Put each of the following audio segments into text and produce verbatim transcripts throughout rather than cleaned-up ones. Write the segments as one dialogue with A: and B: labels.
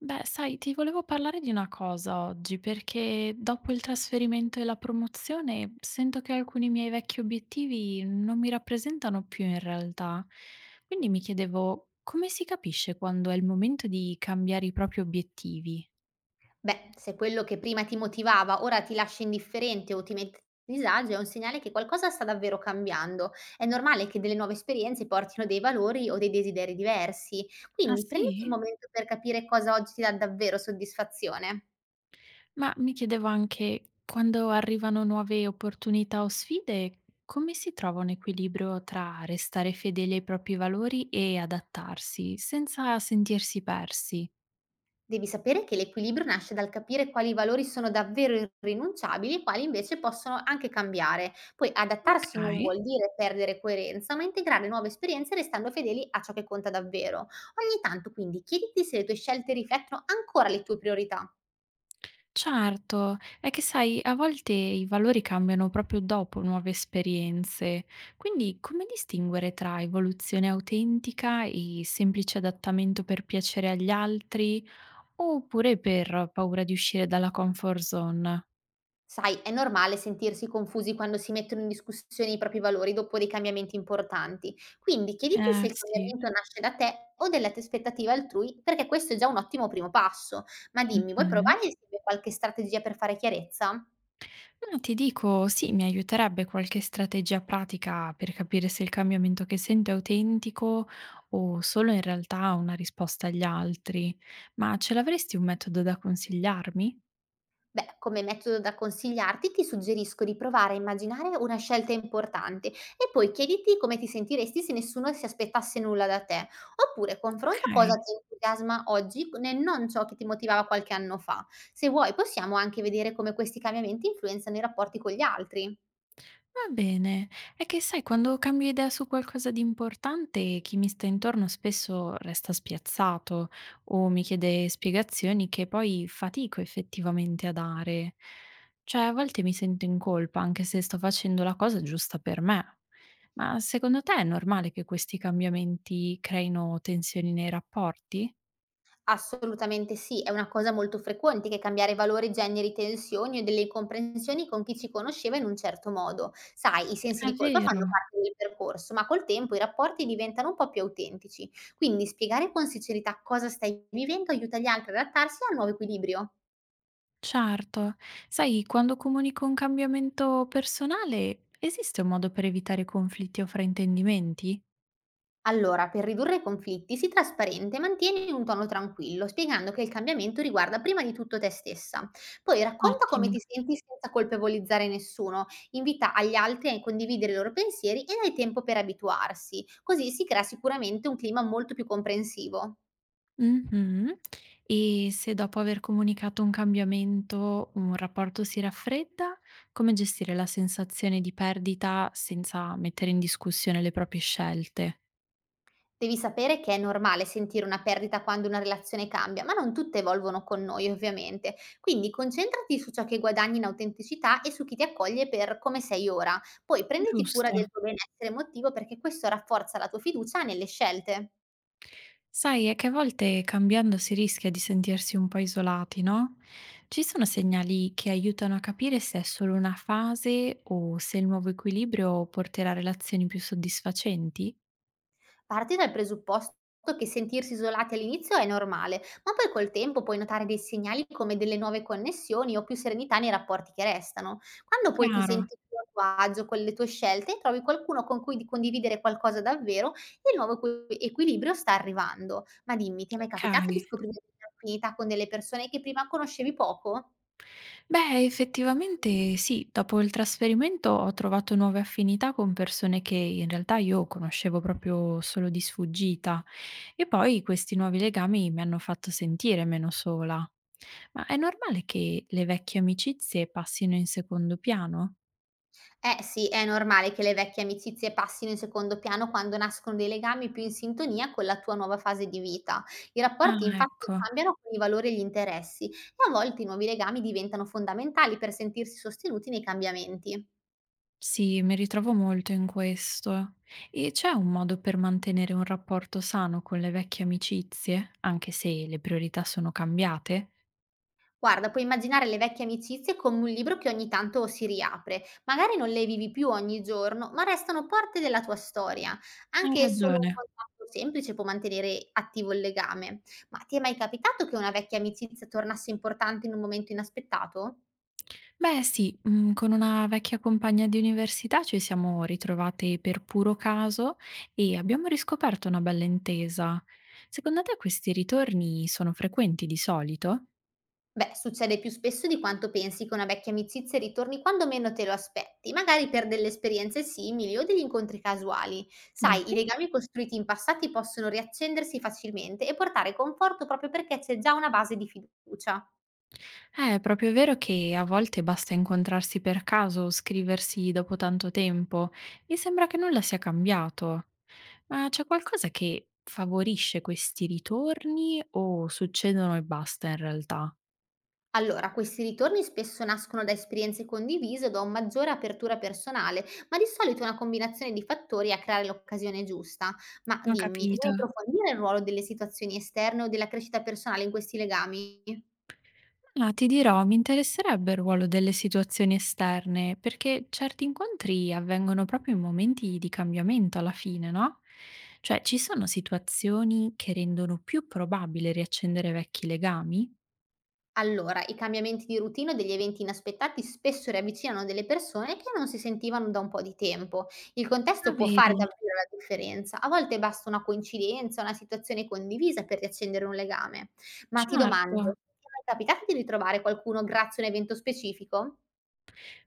A: Beh, sai, ti volevo parlare di una cosa oggi, perché dopo il trasferimento e la promozione sento che alcuni miei vecchi obiettivi non mi rappresentano più in realtà. Quindi mi chiedevo come si capisce quando è il momento di cambiare i propri obiettivi?
B: Beh, se quello che prima ti motivava ora ti lascia indifferente o ti mette a disagio, è un segnale che qualcosa sta davvero cambiando. È normale che delle nuove esperienze portino dei valori o dei desideri diversi,
A: Ah
B: quindi prenditi un
A: sì?
B: momento per capire cosa oggi ti dà davvero soddisfazione.
A: Ma mi chiedevo anche, quando arrivano nuove opportunità o sfide, come si trova un equilibrio tra restare fedeli ai propri valori e adattarsi, senza sentirsi persi?
B: Devi sapere che l'equilibrio nasce dal capire quali valori sono davvero irrinunciabili e quali invece possono anche cambiare. Poi
A: Ok,
B: adattarsi non vuol dire perdere coerenza, ma integrare nuove esperienze restando fedeli a ciò che conta davvero. Ogni tanto quindi chiediti se le tue scelte riflettono ancora le tue priorità.
A: certo, è che sai, a volte i valori cambiano proprio dopo nuove esperienze, quindi come distinguere tra evoluzione autentica e semplice adattamento per piacere agli altri, oppure per paura di uscire dalla comfort zone?
B: Sai, è normale sentirsi confusi quando si mettono in discussione i propri valori dopo dei cambiamenti importanti. Quindi chiediti
A: Eh
B: se il
A: sì.
B: cambiamento nasce da te o dalle tue aspettative altrui, perché questo è già un ottimo primo passo. Ma dimmi, vuoi
A: Mh-mh.
B: provare insieme qualche strategia per fare chiarezza?
A: No, ti dico, sì, mi aiuterebbe qualche strategia pratica per capire se il cambiamento che sento è autentico o solo in realtà una risposta agli altri. Ma ce l'avresti un metodo da consigliarmi?
B: Beh, come metodo da consigliarti, ti suggerisco di provare a immaginare una scelta importante e poi chiediti come ti sentiresti se nessuno si aspettasse nulla da te, oppure confronta cosa
A: Okay.
B: ti entusiasma oggi e non ciò che ti motivava qualche anno fa. Se vuoi, possiamo anche vedere come questi cambiamenti influenzano i rapporti con gli altri.
A: Va bene, è che sai, quando cambio idea su qualcosa di importante, chi mi sta intorno spesso resta spiazzato o mi chiede spiegazioni che poi fatico effettivamente a dare. Cioè, a volte mi sento in colpa, anche se sto facendo la cosa giusta per me. Ma secondo te è normale che questi cambiamenti creino tensioni nei rapporti?
B: Assolutamente sì, è una cosa molto frequente che cambiare valori generi tensioni o delle incomprensioni con chi ci conosceva in un certo modo. Sai, i sensi
A: È
B: di colpa
A: vero.
B: fanno parte del percorso, ma col tempo i rapporti diventano un po' più autentici. Quindi spiegare con sincerità cosa stai vivendo aiuta gli altri ad adattarsi al nuovo equilibrio.
A: Certo. Sai, quando comunico un cambiamento personale, esiste un modo per evitare conflitti o fraintendimenti?
B: Allora, per ridurre i conflitti, sii trasparente, mantieni un tono tranquillo, spiegando che il cambiamento riguarda prima di tutto te stessa. Poi racconta come
A: Ottimo.
B: ti senti senza colpevolizzare nessuno, invita agli altri a condividere i loro pensieri e dai tempo per abituarsi, così si crea sicuramente un clima molto più comprensivo.
A: Mhm. E se dopo aver comunicato un cambiamento un rapporto si raffredda, come gestire la sensazione di perdita senza mettere in discussione le proprie scelte?
B: Devi sapere che è normale sentire una perdita quando una relazione cambia, ma non tutte evolvono con noi ovviamente. Quindi concentrati su ciò che guadagni in autenticità e su chi ti accoglie per come sei ora. Poi prenditi cura
A: Giusto.
B: del tuo benessere emotivo perché questo rafforza la tua fiducia nelle scelte.
A: Sai, è che a volte cambiando si rischia di sentirsi un po' isolati, no? Ci sono segnali che aiutano a capire se è solo una fase o se il nuovo equilibrio porterà a relazioni più soddisfacenti?
B: Parti dal presupposto che sentirsi isolati all'inizio è normale, ma poi col tempo puoi notare dei segnali come delle nuove connessioni o più serenità nei rapporti che restano. Quando poi ti
A: Chiaro.
B: senti più a tuo agio con le tue scelte, trovi qualcuno con cui di- condividere qualcosa davvero e il nuovo equi- equilibrio sta arrivando. Ma dimmi, ti è mai
A: Ok.
B: capitato di scoprire delle affinità con delle persone che prima conoscevi poco?
A: Beh, effettivamente sì, dopo il trasferimento ho trovato nuove affinità con persone che in realtà io conoscevo proprio solo di sfuggita. E poi questi nuovi legami mi hanno fatto sentire meno sola. Ma è normale che le vecchie amicizie passino in secondo piano?
B: Eh sì, è normale che le vecchie amicizie passino in secondo piano quando nascono dei legami più in sintonia con la tua nuova fase di vita. I
A: Ah,
B: rapporti infatti
A: ecco.
B: cambiano con i valori e gli interessi e a volte i nuovi legami diventano fondamentali per sentirsi sostenuti nei cambiamenti.
A: Sì, mi ritrovo molto in questo. E c'è un modo per mantenere un rapporto sano con le vecchie amicizie, anche se le priorità sono cambiate?
B: Guarda, puoi immaginare le vecchie amicizie come un libro che ogni tanto si riapre. Magari non le vivi più ogni giorno, ma restano parte della tua storia.
A: Hai
B: Anche solo
A: ragione.
B: un contatto semplice può mantenere attivo il legame. Ma ti è mai capitato che una vecchia amicizia tornasse importante in un momento inaspettato?
A: Beh sì, mhmm, con una vecchia compagna di università ci siamo ritrovate per puro caso e abbiamo riscoperto una bella intesa. Secondo te questi ritorni sono frequenti di solito?
B: Beh, succede più spesso di quanto pensi che una vecchia amicizia ritorni quando meno te lo aspetti, magari per delle esperienze simili o degli incontri casuali. Sai, i
A: Davvero?
B: legami costruiti in passati possono riaccendersi facilmente e portare conforto proprio perché c'è già una base di fiducia.
A: Eh, è proprio vero che a volte basta incontrarsi per caso o scriversi dopo tanto tempo. Mi sembra che nulla sia cambiato. Ma c'è qualcosa che favorisce questi ritorni o succedono e basta in realtà?
B: Allora, questi ritorni spesso nascono da esperienze condivise o da una maggiore apertura personale, ma di solito è una combinazione di fattori a creare l'occasione giusta. Ma
A: Ho
B: dimmi,
A: capito.
B: vuoi approfondire il ruolo delle situazioni esterne o della crescita personale in questi legami?
A: Ah, ti dirò, mi interesserebbe il ruolo delle situazioni esterne, perché certi incontri avvengono proprio in momenti di cambiamento alla fine, no? Cioè, ci sono situazioni che rendono più probabile riaccendere vecchi legami?
B: Allora, i cambiamenti di routine o degli eventi inaspettati spesso riavvicinano delle persone che non si sentivano da un po' di tempo. Il
A: Ah,
B: contesto può fare
A: vedi?
B: davvero la differenza. A volte basta una coincidenza, una situazione condivisa per riaccendere un legame. Ma ti
A: Certo.
B: domando, ti è mai capitato di ritrovare qualcuno grazie a un evento specifico?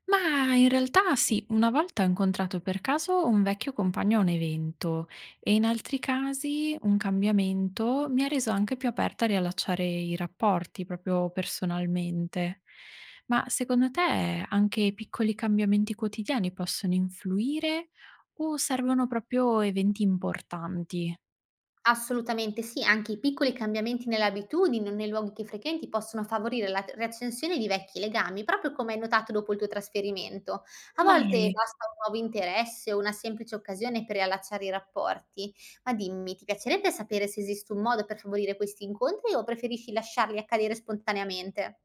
A: Ma in realtà sì, una volta ho incontrato per caso un vecchio compagno a un evento e in altri casi un cambiamento mi ha reso anche più aperta a riallacciare i rapporti proprio personalmente. Ma secondo te anche piccoli cambiamenti quotidiani possono influire o servono proprio eventi importanti?
B: Assolutamente sì, anche i piccoli cambiamenti nelle abitudini o nei luoghi che frequenti possono favorire la riaccensione di vecchi legami, proprio come hai notato dopo il tuo trasferimento. A volte
A: Dai.
B: basta un nuovo interesse o una semplice occasione per riallacciare i rapporti. Ma dimmi, ti piacerebbe sapere se esiste un modo per favorire questi incontri o preferisci lasciarli accadere spontaneamente?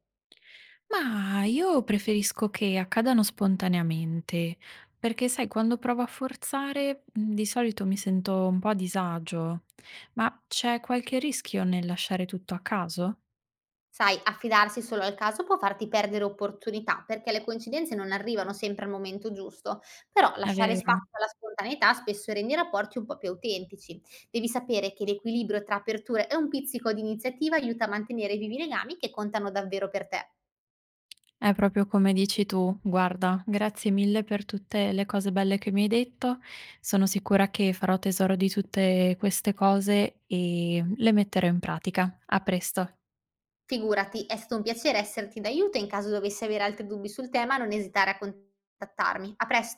A: Mah, io preferisco che accadano spontaneamente, perché sai quando provo a forzare, mhmm, di solito mi sento un po' a disagio. Ma c'è qualche rischio nel lasciare tutto a caso?
B: Sai, affidarsi solo al caso può farti perdere opportunità, perché le coincidenze non arrivano sempre al momento giusto, però
A: È
B: lasciare
A: vero,
B: spazio alla spontaneità spesso rende i rapporti un po' più autentici. Devi sapere che l'equilibrio tra aperture e un pizzico di iniziativa aiuta a mantenere vivi i legami che contano davvero per te.
A: è proprio come dici tu. Guarda, grazie mille per tutte le cose belle che mi hai detto. Sono sicura che farò tesoro di tutte queste cose e le metterò in pratica. A presto.
B: Figurati, è stato un piacere esserti d'aiuto e in caso dovessi avere altri dubbi sul tema non esitare a contattarmi. A presto!